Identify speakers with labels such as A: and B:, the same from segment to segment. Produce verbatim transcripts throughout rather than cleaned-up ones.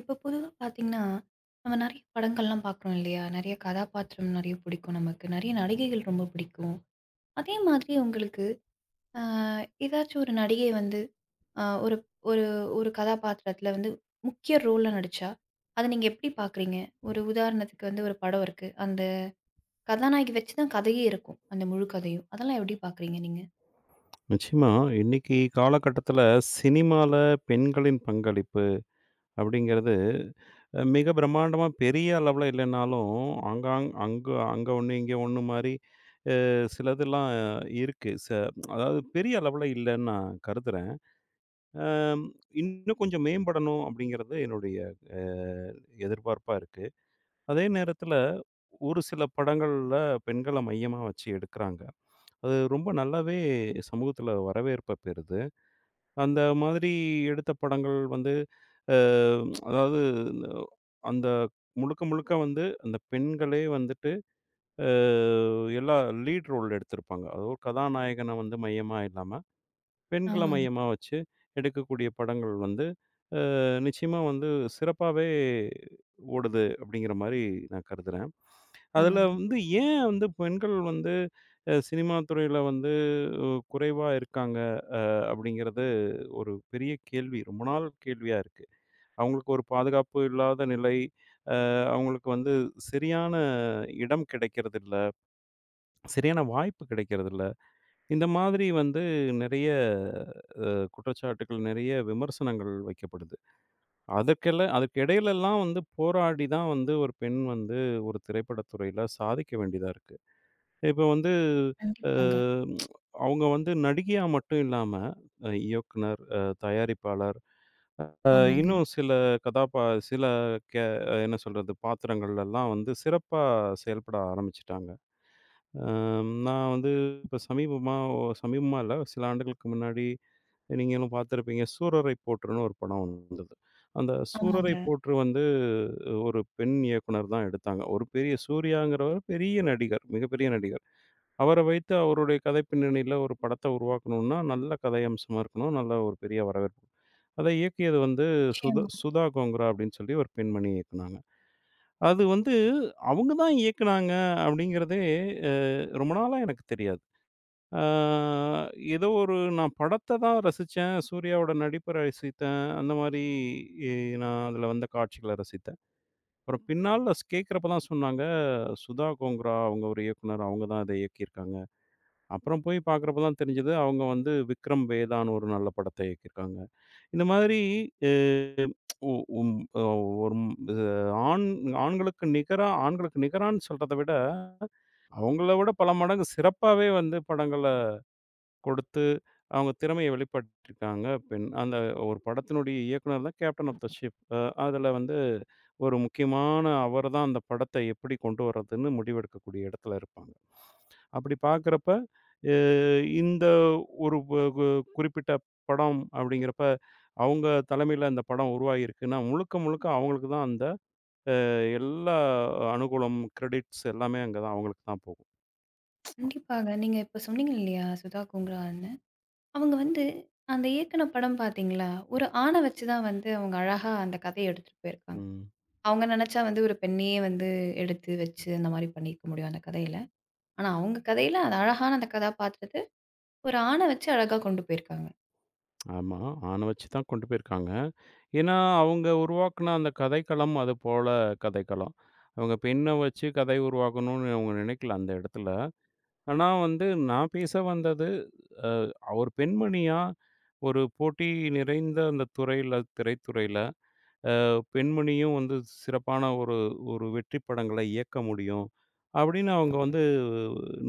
A: இப்போ பொதுவா பார்த்தீங்கன்னா, நம்ம நெறைய படங்கள்லாம் பார்க்குறோம் இல்லையா? நெறைய கதாபாத்திரம் நெறைய பிடிக்கும் நமக்கு. நெறைய நடிகைகள் ரொம்ப பிடிக்கும். அதே மாதிரி உங்களுக்கு அ ஏதாச்சும் ஒரு நடிகை வந்து அ ஒரு ஒரு ஒரு கதாபாத்திரத்தில வந்து முக்கிய ரோல்ல நடிச்சா, அத நீங்க எப்படி பார்க்குறீங்க? ஒரு உதாரணத்துக்கு வந்து ஒரு படம் இருக்கு. அந்த கதாநாயகி வச்சு தான் கதையே இருக்கும். அந்த முழு கதையும். அதெல்லாம் எப்படி பார்க்குறீங்க நீங்க?
B: நிச்சயமா, இன்னைக்கு காலகட்டத்தில சினிமால பெண்களின் பங்களிப்பு அப்படிங்கிறது அ மிக பிரம்மாண்டமா பெரிய அளவுல இல்லைனாலும், ஆங்காங் அங்க அங்க ஒண்ணு, இங்க ஒண்ணு மாரி அ சிலதெல்லாம் இருக்கு. ச அதாவது பெரிய அளவுல இல்லைன்னு நான் கருதுறேன். அம் இன்னும் கொஞ்சம் மேம்படணும் அப்படிங்கிறது என்னுடைய அ எதிர்பார்ப்பா இருக்கு. அதே நேரத்தில ஒரு சில படங்கள்ல பெண்கள மையமா வச்சு எடுக்குறாங்க. அது ரொம்ப நல்லாவே சமூகத்தில வரவேற்ப பெறுது. அந்த மாதிரி எடுத்த படங்கள் வந்து, அ அதாவது இந்த அந்த முழுக்க, முழுக்க வந்து அந்த பெண்களே வந்துட்டு, அ எல்லா லீட் ரோல் எடுத்திருப்பாங்க. அது ஒரு கதாநாயகன வந்து மையமா இல்லாம, பெண்கள
A: ஆமாங்க,
B: மையமா வச்சு எடுக்கக்கூடிய படங்கள் வந்து, அ நிச்சயமா வந்து சிறப்பாவே ஓடுது அப்படிங்கிற மாரி நான் கருதுறேன். அதுல
A: ஆமாங்க.
B: வந்து ஏன் வந்து பெண்கள் வந்து அ சினிமா துறையில வந்து குறைவா இருக்காங்க அப்படிங்கிறது ஒரு பெரிய கேள்வி. ரொம்ப நாள் கேள்வியா இருக்கு. அவங்களுக்கு ஒரு பாதுகாப்பு இல்லாத நிலை. அ அவங்களுக்கு வந்து சரியான இடம் கிடைக்கிறதில்ல. சரியான வாய்ப்பு கிடைக்கிறதில்ல. இந்த மாதிரி வந்து நெறைய அ குற்றச்சாட்டுகள், நெறைய விமர்சனங்கள் வைக்கப்படுது. அதற்கெல்ல அதற்கு இடையிலலாம் வந்து போராடி தான் வந்து ஒரு பெண் வந்து ஒரு திரைப்படத் துறையில சாதிக்க வேண்டியதா இருக்கு. இப்ப வந்து அ
A: கண்டிப்பாங்க.
B: அவங்க வந்து நடிகையா மட்டும் இல்லாம, அ இயக்குனர், அ தயாரிப்பாளர், அ
A: ஆமாங்க,
B: இன்னும் சில கதாபா சில கே என்ன சொல்றது, பாத்திரங்கள்லலாம் வந்து சிறப்பா செயல்பட ஆரம்பிச்சுட்டாங்க. அம் நான் வந்து இப்ப சமீபமா ஒ சமீபமா இல்ல, சில ஆண்டுகளுக்கு முன்னாடி நீங்களும் பார்த்துருப்பீங்க. "சூரரை போற்றுன்னு" ஒரு படம் வந்தது. அந்த "சூரரை
A: ஆமாங்க.
B: போற்று" வந்து ஒரு பெண் இயக்குனர் தான் எடுத்தாங்க. ஒரு பெரிய சூர்யாங்கிறவர் பெரிய நடிகர், மிகப்பெரிய நடிகர். அவர வைத்து அவருடைய கதை பின்னணியில ஒரு படத்த உருவாக்கணும்னா, நல்ல கதை அம்சமா இருக்கணும். நல்ல ஒரு பெரிய வரவேற்பு. அத இயக்கியது வந்து சுதா
A: நிச்சயமா.
B: சுதா கோங்கரா அப்படின்னு சொல்லி ஒரு பெண்மணி இயக்குனாங்க. அது வந்து அவங்க தான் இயக்குனாங்க அப்படிங்கிறதே அ ரொம்ப நாளா எனக்கு தெரியாது. ஆ ஏதோ ஒரு நான் படத்த தான் ரசிச்சேன். சூர்யாவோட நடிப்ப ரசித்தேன். அந்த மாரி இ நான் அதுல வந்த காட்சிகள ரசித்தேன். அப்புறம் பின்னால கேட்கிறப்ப தான் சொன்னாங்க, சுதா கோங்கரா அவங்க ஒரு இயக்குனர். அவங்க தான் இத இயக்கியிருக்காங்க. அப்புறம் போய் பார்க்குறப்ப தான் தெரிஞ்சது, அவங்க வந்து விக்ரம் வேதான்னு ஒரு நல்ல படத்த இயக்கியிருக்காங்க. இந்த மாதிரி அ உ உம் அ ஒரு இது ஆண் ஆண்களுக்கு நிகரா ஆண்களுக்கு நிகரான்னு சொல்றத விட, அவங்கள விட பல மடங்கு சிறப்பாவே வந்து படங்கள கொடுத்து, அவங்க திறமைய வெளிப்படுத்தியிருக்காங்க பெண். அந்த ஒரு படத்தினுடைய இயக்குனர் தான் கேப்டன் ஆஃப் த ஷிப். அ அதில வந்து ஒரு முக்கியமான அவர் தான் அந்த படத்த எப்படி கொண்டு வரதுன்னு முடிவெடுக்கக்கூடிய இடத்துல இருப்பாங்க. அப்படி பார்க்குறப்ப, அ இந்த ஒரு வ கு குறிப்பிட்ட படம் அப்படிங்கிறப்ப, அவங்க தலைமையில அந்த படம் உருவாகியிருக்குன்னா, முழுக்க முழுக்க அவங்களுக்கு தான் அந்த எல்லா அனுகூலம், கிரெடிட்ஸ் எல்லாமே அங்க தான் அவங்களுக்கு தான் போகும்.
A: கண்டிப்பாங்க. நீங்க இப்ப சொன்னீங்க இல்லையா? சுதா கோங்கரான்னு. அவங்க வந்து அந்த இயக்குன படம் பார்த்தீங்களா? ஒரு ஆண வச்சு தான் வந்து அவங்க அழகா அந்த கதைய எடுத்துட்டு போயிருக்காங்க.
B: ம்.
A: அவங்க நெனச்சா வந்து ஒரு பெண்ணையே வந்து எடுத்து வச்சு அந்த மாரி பண்ணியிருக்க முடியும் அந்த கதையில. ஆனா அவங்க கதையில அது அழகான அந்த கதாபாத்திரத்த ஒரு ஆண வச்சு அழகா கொண்டு போயிருக்காங்க.
B: ஆமா. ஆன வச்சு தான் கொண்டு போயிருக்காங்க. ஏன்னா, அவங்க உருவாக்குன அந்த கதைக்களம் அது போல கதைக்களம். அவங்க பெண்ண வச்சு கதை உருவாக்கணும்னு அவங்க நினைக்கல அந்த இடத்துல. ஆனா வந்து நான் பேச வந்தது, அ ஒரு பெண்மணியா ஒரு போட்டி நிறைந்த அந்த துறையில, திரைத்துறையில அ பெண்மணியும் வந்து சிறப்பான ஒரு ஒரு வெற்றி படங்களை இயக்க முடியும். அப்படின்னு அவங்க வந்து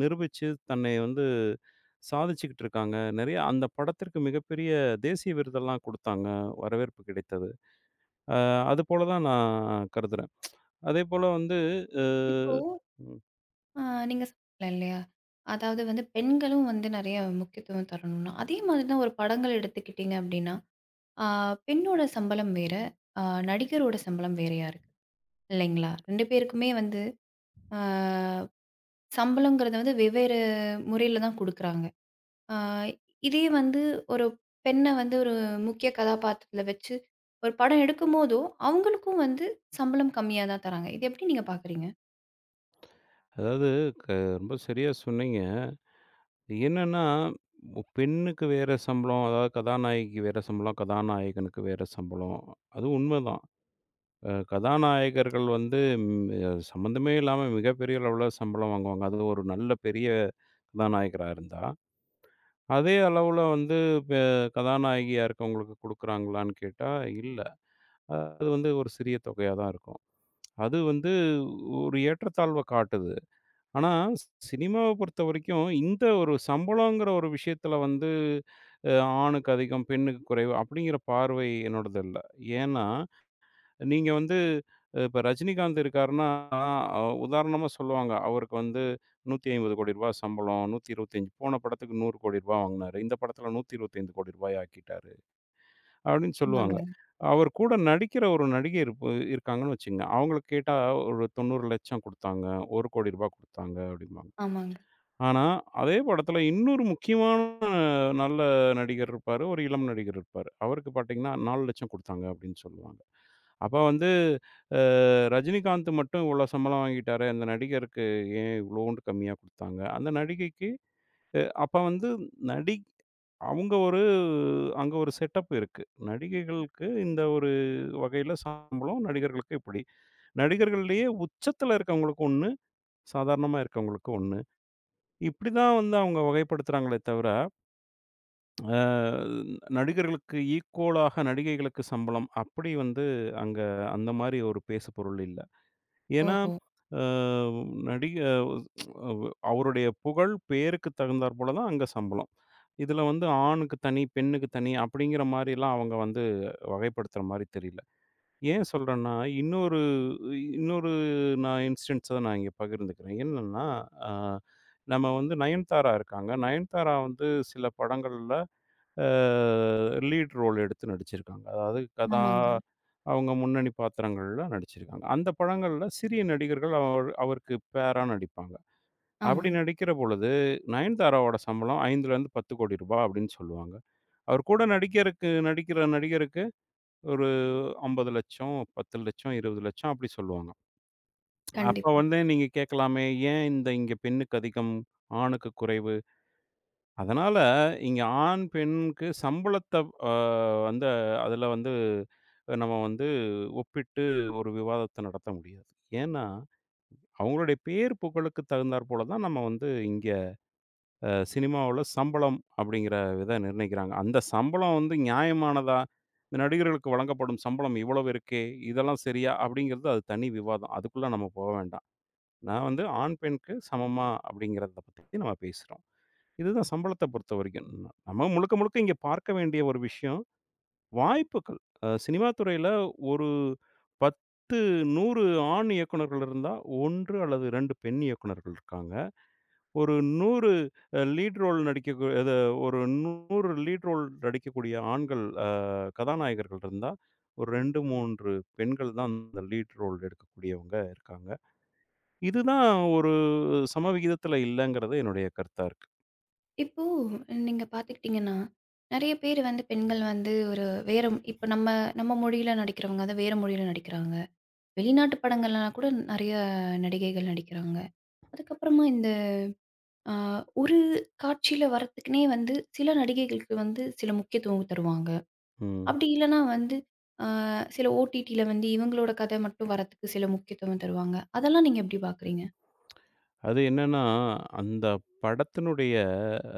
B: நிரூபிச்சு தன்னை வந்து சாதிச்சுக்கிட்டு இருக்காங்க. நிறைய அந்த படத்திற்கு மிகப்பெரிய தேசிய விருதெல்லாம் குடுத்தாங்க. வரவேற்பு கிடைத்தது. அ அதுபோல தான் நான் கருதுறேன். அதேபோல வந்து அ
A: இப்போ அ நீங்க சொன்னீங்க இல்லையா? அதாவது வந்து பெண்களும் வந்து நெறைய முக்கியத்துவம் தரணும்னா, அதே மாதிரி தான் ஒரு படங்கள் எடுத்துக்கிட்டீங்க அப்டின்னா, ஆ பெண்ணோட சம்பளம் வேற, ஆ நடிகரோட சம்பளம் வேறையா இருக்கு. இல்லைங்களா? ரெண்டு பேருக்குமே வந்து ஆ சம்பளங்கிறது வந்து வெவ்வேறு முறையில தான் குடுக்குறாங்க. ஆ இதே வந்து ஒரு பெண்ண வந்து ஒரு முக்கிய கதாபாத்திரத்தில வச்சு ஒரு படம் எடுக்கும்போதோ, அவங்களுக்கும் வந்து சம்பளம் கம்மியா தான் தராங்க. இது எப்படி நீங்க பார்க்குறீங்க?
B: அதாவது க ரொம்ப சரியா சொன்னீங்க. என்னன்னா, ஒ- பெண்ணுக்கு வேற சம்பளம். அதாவது கதாநாயகிக்கு வேற சம்பளம், கதாநாயகனுக்கு வேற சம்பளம். அது உண்மதான். அ கதாநாயகர்கள் வந்து ம் சம்மந்தமே இல்லாம மிகப்பெரிய அளவுல சம்பளம் வாங்குவாங்க. அது ஒரு நல்ல பெரிய கதாநாயகரா இருந்தா. அதே அளவுல வந்து பெ கதாநாயகியா இருக்கவங்களுக்கு குடுக்குறாங்களான்னு கேட்டா, இல்ல. அது வந்து ஒரு சிறிய தொகையா தான் இருக்கும். அது வந்து ஒரு ஏற்றத்தாழ்வ காட்டுது. ஆனா, சினிமாவ பொறுத்த வரைக்கும், இந்த ஒரு சம்பளங்கிற ஒரு விஷயத்துல வந்து, அ ஆணுக்கு அதிகம், பெண்ணுக்கு குறைவு அப்படிங்கிற பார்வை என்னோடது இல்ல. ஏன்னா, நீங்க வந்து இப்ப ரஜினிகாந்த் இருக்காருன்னா, அ உதாரணமா சொல்லுவாங்க. அவருக்கு வந்து ரூ. நூற்றி ஐம்பது கோடி ரூபாய் சம்பளம், நூற்றி இருபத்தி ஐந்து போன படத்துக்கு ரூ. நூறு கோடி வாங்குனாரு. இந்த படத்துல ரூ. நூற்றி இருபத்தி ஐந்து கோடி ரூபாய் ஆக்கிட்டாரு, அப்படின்னு சொல்லுவாங்க.
A: ஆமாங்க.
B: அவர் கூட நடிக்கிற ஒரு நடிகை இருப்பு இருக்காங்கன்னு வச்சுக்கங்க. அவங்கள கேட்டா ஒரு தொண்ணூறு லட்சம் குடுத்தாங்க, ஒரு கோடி ரூபாய் குடுத்தாங்க அப்படிம்பாங்க.
A: ஆமாங்க.
B: ஆனா, அதே படத்துல இன்னொரு முக்கியமான நல்ல நடிகர் இருப்பாரு. ஒரு இளம் நடிகர் இருப்பாரு. அவருக்கு பாத்தீங்கன்னா, நான்கு லட்சம் குடுத்தாங்க அப்டின்னு சொல்லுவாங்க. அப்ப வந்து அ ரஜினிகாந்த் மட்டும் இவ்ளோ சம்பளம் வாங்கிட்டாரே, அந்த நடிகருக்கு ஏன் இவ்ளோண்டு கம்மியா குடுத்தாங்க? அந்த நடிகைக்கு அ அப்ப வந்து நடி அவங்க ஒரு அங்க ஒரு செட்டப் இருக்கு. நடிகைகளுக்கு இந்த ஒரு வகையில சம்பளம், நடிகர்களுக்கு இப்டி. நடிகர்கள்லயே உச்சத்துல இருக்கவங்களுக்கு ஒண்ணு, சாதாரணமா இருக்கவங்களுக்கு ஒண்ணு. இப்படிதான் வந்து அவங்க வகைப்படுத்துறாங்களே தவிர, அ நடிகர்களுக்கு ஈக்குவலாக நடிகைகளுக்கு சம்பளம் அப்படி வந்து அங்க அந்த மாரி ஒரு பேசுபொருள் இல்ல. ஏன்னா,
A: ஓஹோ!
B: அ நடிக அஹ், அவருடைய புகழ், பேருக்கு தகுந்தாற் போல தான் அங்க சம்பளம். இதுல வந்து ஆணுக்கு தனி, பெண்ணுக்கு தனி அப்படிங்கிற மாரிலாம் அவங்க வந்து வகைப்படுத்துற மாரி தெரியல. ஏன் சொல்றேன்னா, இன்னொரு இன்னொரு நான் இன்ஸ்டன்ஸ நான் இங்க பகிர்ந்துக்கிறேன். என்னன்னா, அ நம்ம வந்து நயன்தாரா இருக்காங்க. நயன்தாரா வந்து சில படங்கள்ல அ லீட் ரோல் எடுத்து நடிச்சிருக்காங்க. அதாவது கதா
A: ஆமாங்க.
B: அவங்க முன்னணி பாத்திரங்கள்ல நடிச்சிருக்காங்க. அந்த படங்கள்ல சிறிய நடிகர்கள் அவர் அவருக்கு பேரா நடிப்பாங்க. அப்படி
A: ஆமாங்க.
B: நடிக்கிற பொழுது, நயன்தாராவோட சம்பளம் ரூ. ஐந்து லருந்து ரூ. பத்து கோடி ரூபாய் அப்படின்னு சொல்லுவாங்க. அவர் கூட நடிக்கிறக்கு நடிக்கிற நடிகருக்கு ஒரு ஐம்பது லட்சம், பத்து லட்சம், இருபது லட்சம் அப்படி சொல்லுவாங்க. அப்ப
A: கண்டிப்பா.
B: வந்து நீங்க கேட்கலாமே, ஏன் இந்த இங்க பெண்ணுக்கு அதிகம், ஆணுக்கு குறைவு? அதனால இங்க ஆண், பெண்ணுக்கு சம்பளத்த அ வந்து அதுல வந்து நம்ம வந்து ஒப்பிட்டு ஒரு விவாதத்த நடத்த முடியாது. ஏன்னா, அவங்களுடைய பேர், புகழுக்கு தகுந்தாற்போல தான் நம்ம வந்து இங்க சினிமாவில் சம்பளம் அப்படிங்கிற இதை நிர்ணயிக்கிறாங்க. அந்த சம்பளம் வந்து நியாயமானதா? இந்த நடிகர்களுக்கு வழங்கப்படும் சம்பளம் இவ்வளவு இருக்கே! இதெல்லாம் சரியா? அப்படிங்கிறது அது தனி விவாதம். அதுக்குள்ள நம்ம போக வேண்டாம். நான் வந்து ஆண், பெண்ணுக்கு சமமா அப்படிங்கிறத பத்தி நம்ம பேசுறோம். இதுதான் சம்பளத்த பொறுத்தவரைக்கும். நம்ம முழுக்க, முழுக்க இங்க பார்க்க வேண்டிய ஒரு விஷயம், வாய்ப்புகள். அ சினிமா துறையில ஒரு பத்து, நூறு ஆண் இயக்குனர்கள் இருந்தா, ஒன்று அல்லது இரண்டு பெண் இயக்குனர்கள் இருக்காங்க. ஒரு நூறு அ லீட் ரோல் நடிக்கக்கூ அது ஒரு நூறு லீட் ரோல் நடிக்கக்கூடிய ஆண்கள் அ கதாநாயகர்கள் இருந்தா, ஒரு ரெண்டு, மூன்று பெண்கள் தான் அந்த லீட் ரோல் எடுக்கக்கூடியவங்க இருக்காங்க. இதுதான் ஒரு சமவிகிதத்தில இல்லங்கிறது என்னுடைய கருத்தா இருக்கு.
A: இப்போ நீங்க பார்த்துக்கிட்டீங்கன்னா, நெறைய பேர் வந்து பெண்கள் வந்து ஒரு வேற இப்ப நம்ம நம்ம மொழியில நடிக்கிறவங்க வந்து வேற மொழியில நடிக்கிறாங்க. வெளிநாட்டு படங்கள்லாம் கூட நெறைய நடிகைகள் நடிக்கிறாங்க. அதுக்கப்புறமா இந்த ஆ, ஒரு காட்சியில வர்றதுக்குன்னே வந்து சில நடிகைகளுக்கு வந்து சில முக்கியத்துவம் தருவாங்க.
B: ம்.
A: அப்படி இல்லன்னா வந்து ஆ சில ஓடிடில வந்து இவங்களோட கதை மட்டும் வர்றதுக்கு சில முக்கியத்துவம் தருவாங்க. அதெல்லாம் நீங்க எப்படி பார்க்குறீங்க?
B: அது என்னன்னா, அந்த படத்தினுடைய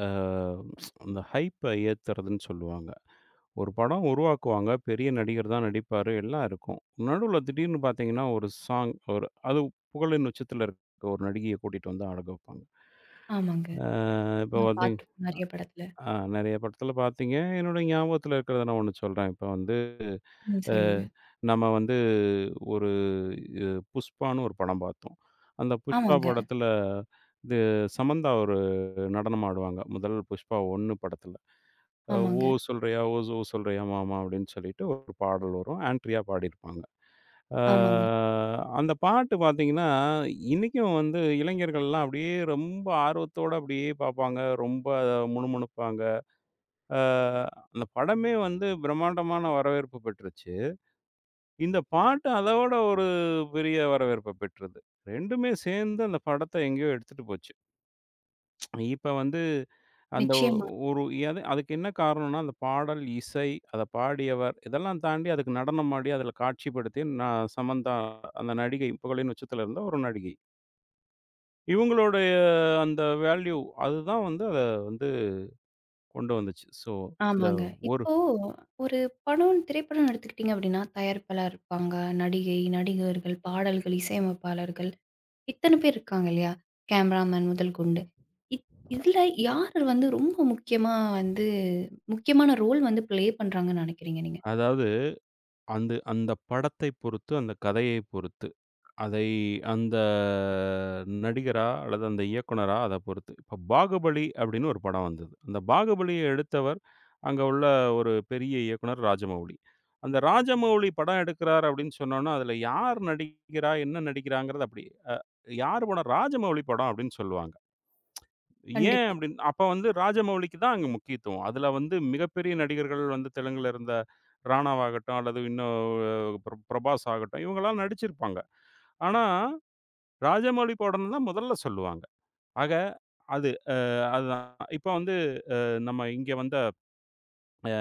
B: அ அந்த ஹைப்ப ஏத்துறதுன்னு சொல்லுவாங்க. ஒரு படம் உருவாக்குவாங்க. பெரிய நடிகர் தான் நடிப்பாரு. எல்லாம் இருக்கும். நடுவுல திடீர்னு பார்த்தீங்கன்னா, ஒரு சாங் ஒரு அது புகழின் உச்சத்தில இருக்க ஒரு நடிகைய கூட்டிட்டு வந்து ஆட வைப்பாங்க.
A: ஆமாங்க.
B: அ இப்போ
A: நான்
B: பார்த்தீங்
A: பார்த்துருக்கோம் நெறைய படத்துல.
B: ஆ நெறைய படத்தில பார்த்தீங்க. என்னோட ஞாபகத்தில இருக்கிறத நான் ஒண்ணு சொல்றேன். இப்போ வந்து
A: ம்.
B: அ
A: சொல்லுங்க.
B: நம்ம வந்து ஒரு இது புஷ்பான்னு ஒரு படம் பார்த்தோம். அந்த புஷ்பா
A: ஆமாங்க,
B: படத்தில இது சமந்தா ஒரு நடனம் ஆடுவாங்க. முதல் புஷ்பா ஒன்று படத்துல. அ
A: ஆமாங்க,
B: "ஓ சொல்றியா, ஓ ஓ சொல்றியா மாமா" அப்படின்னு சொல்லிட்டு ஒரு பாடல் வரும். ஆண்ட்ரியா பாடியிருப்பாங்க. அ
A: ஆமாங்க.
B: அந்த பாட்டு பார்த்தீங்கன்னா, இன்னைக்கும் வந்து இளைஞர்கள்லாம் அப்படியே ரொம்ப ஆர்வத்தோட அப்படியே பார்ப்பாங்க. ரொம்ப அதை முணுமுணுப்பாங்க. அ அந்த படமே வந்து பிரம்மாண்டமான வரவேற்பு பெற்றுச்சு. இந்த பாட்டு அதோட ஒரு பெரிய வரவேற்ப பெற்றது. ரெண்டுமே சேர்ந்து அந்த படத்த எங்கேயோ எடுத்துட்டு போச்சு. இப்ப வந்து அந்த ஒ
A: நிச்சயமா.
B: ஒரு எது அதுக்கு என்ன காரணம்னா, அந்த பாடல், இசை, அத பாடியவர் இதெல்லாம் தாண்டி அதுக்கு நடனம் ஆடி, அதில காட்சிப்படுத்தி நான் சமந்தா அந்த நடிகை, புகழின் உச்சத்தில இருந்த ஒரு நடிகை. இவங்களுடைய அந்த வேல்யூ அதுதான் வந்து அத வந்து கொண்டு வந்துச்சு. ஸோ, இந்த
A: ஆமாங்க.
B: ஒரு
A: இப்போ ஒரு படம், திரைப்படம் எடுத்துக்கிட்டீங்க அப்படின்னா, தயாரிப்பாளர் இருப்பாங்க, நடிகை, நடிகர்கள், பாடல்கள், இசையமைப்பாளர்கள் இத்தன பேர் இருக்காங்க இல்லையா? கேமராமேன் முதல் கொண்டு. இத் இதுல யாரு வந்து ரொம்ப முக்கியமா வந்து முக்கியமான ரோல் வந்து ப்ளே பண்றாங்கன்னு நெனைக்கிறீங்க நீங்க?
B: அதாவது அந்த அந்த படத்தை பொறுத்து, அந்த கதையை பொறுத்து. அதை அந்த நடிகரா, அல்லது அந்த இயக்குனரா அத பொறுத்து. இப்போ "பாகுபலி" அப்படின்னு ஒரு படம் வந்தது. அந்த "பாகுபலிய" எடுத்தவர், அங்க உள்ள ஒரு பெரிய இயக்குனர் ராஜமௌழி. அந்த ராஜமௌழி படம் எடுக்கிறார் அப்படின்னு சொன்னோனா, அதில யார் நடிக்கிறா, என்ன நடிக்கிறாங்கிறது அப்படி அ யார் படம்? ராஜமௌழி படம் அப்படின்னு சொல்லுவாங்க. ஏன்
A: கண்டிப்பா,
B: அப்படின்னு அப்ப வந்து ராஜமௌலிக்கு தான் அங்க முக்கியத்துவம். அதில வந்து மிகப்பெரிய நடிகர்கள் வந்து தெலுங்குல இருந்த ராணாவாகட்டும், அல்லது இன்னும் அஹ், பிர பிரபாஸ் ஆகட்டும், இவங்கலாம் நடிச்சிருப்பாங்க. ஆனா ராஜமௌழி போடணும்னு தான் முதல்ல சொல்லுவாங்க. ஆக அது அ அதுதான். இப்ப வந்து நம்ம இங்க வந்த அ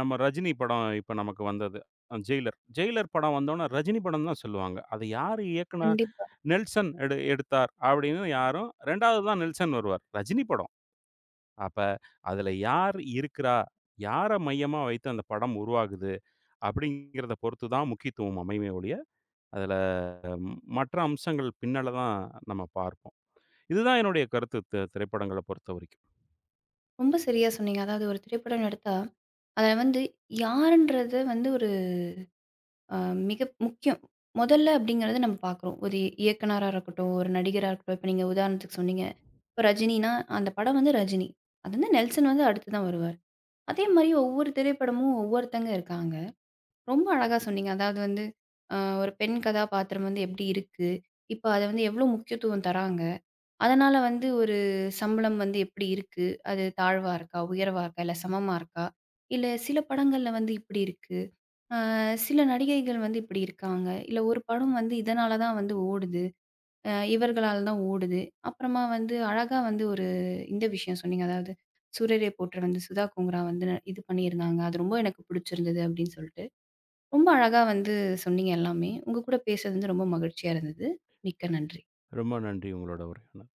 B: நம்ம ரஜினி படம் இப்ப நமக்கு வந்தது. அ ஜெயிலர். ஜெயிலர் படம் வந்தோனே ரஜினி படம் தான் சொல்லுவாங்க. அத யாரு இயக்குனா?
A: கண்டிப்பா.
B: நெல்சன் எடு எடுத்தார் அப்படின்னு யாரும் இரண்டாவது தான் நெல்சன் வருவார். ரஜினி படம். அப்ப அதுல யார் இருக்கிறா? யார மையமா வைத்து அந்த படம் உருவாகுது? அப்படிங்கிறத பொறுத்து தான் முக்கியத்துவம் அமையுமே ஒழிய, அதுல மற்ற அம்சங்கள் பின்னால தான் நம்ம பார்ப்போம். இதுதான் என்னுடைய கருத்து தி திரைப்படங்கள பொறுத்தவரைக்கும்.
A: ரொம்ப சரியா சொன்னீங்க. அதாவது ஒரு திரைப்படம் எடுத்தா, அத வந்து யாருன்றது வந்து ஒரு அ மிக முக்கியம். முதல்ல அப்படிங்கிறத நம்ம பார்க்குறோம். ஒரு இயக்குனரா இருக்கட்டும், ஒரு நடிகரா இருக்கட்டும். இப்ப நீங்க உதாரணத்துக்கு சொன்னீங்க. இப்ப ரஜினினா, அந்த படம் வந்து ரஜினி. அது வந்து நெல்சன் வந்து அடுத்து தான் வருவாரு. அதே மாரி ஒவ்வொரு திரைப்படமும் ஒவ்வொருத்தங்க இருக்காங்க. ரொம்ப அழகா சொன்னீங்க. அதாவது வந்து, அ ஒரு பெண் கதாபாத்திரம் வந்து எப்படி இருக்கு? இப்ப அத வந்து எவ்வளோ முக்கியத்துவம் தராங்க? அதனால வந்து ஒரு சம்பளம் வந்து எப்படி இருக்கு? அது தாழ்வா இருக்கா? உயர்வா இருக்கா? இல்ல சமமா இருக்கா? இல்ல சில படங்கள்ல வந்து இப்படி இருக்கு. அ சில நடிகைகள் வந்து இப்படி இருக்காங்க. இல்ல ஒரு படம் வந்து இதனால தான் வந்து ஓடுது. அ இவர்களால தான் ஓடுது. அப்புறமா வந்து அழகா வந்து ஒரு இந்த விஷயம் சொன்னீங்க. அதாவது "சூரரை போற்ற" வந்து சுதா கோங்கரா வந்து இது பண்ணியிருந்தாங்க. அது ரொம்ப எனக்கு பிடிச்சிருந்தது அப்படின்னு சொல்ட்டு. ரொம்ப அழகா வந்து சொன்னீங்க எல்லாமே. உங்க கூட பேசுனது வந்து ரொம்ப மகிழ்ச்சியா இருந்தது. மிக்க நன்றி.
B: ரொம்ப நன்றி உங்களோட உரையாடினதுக்கு.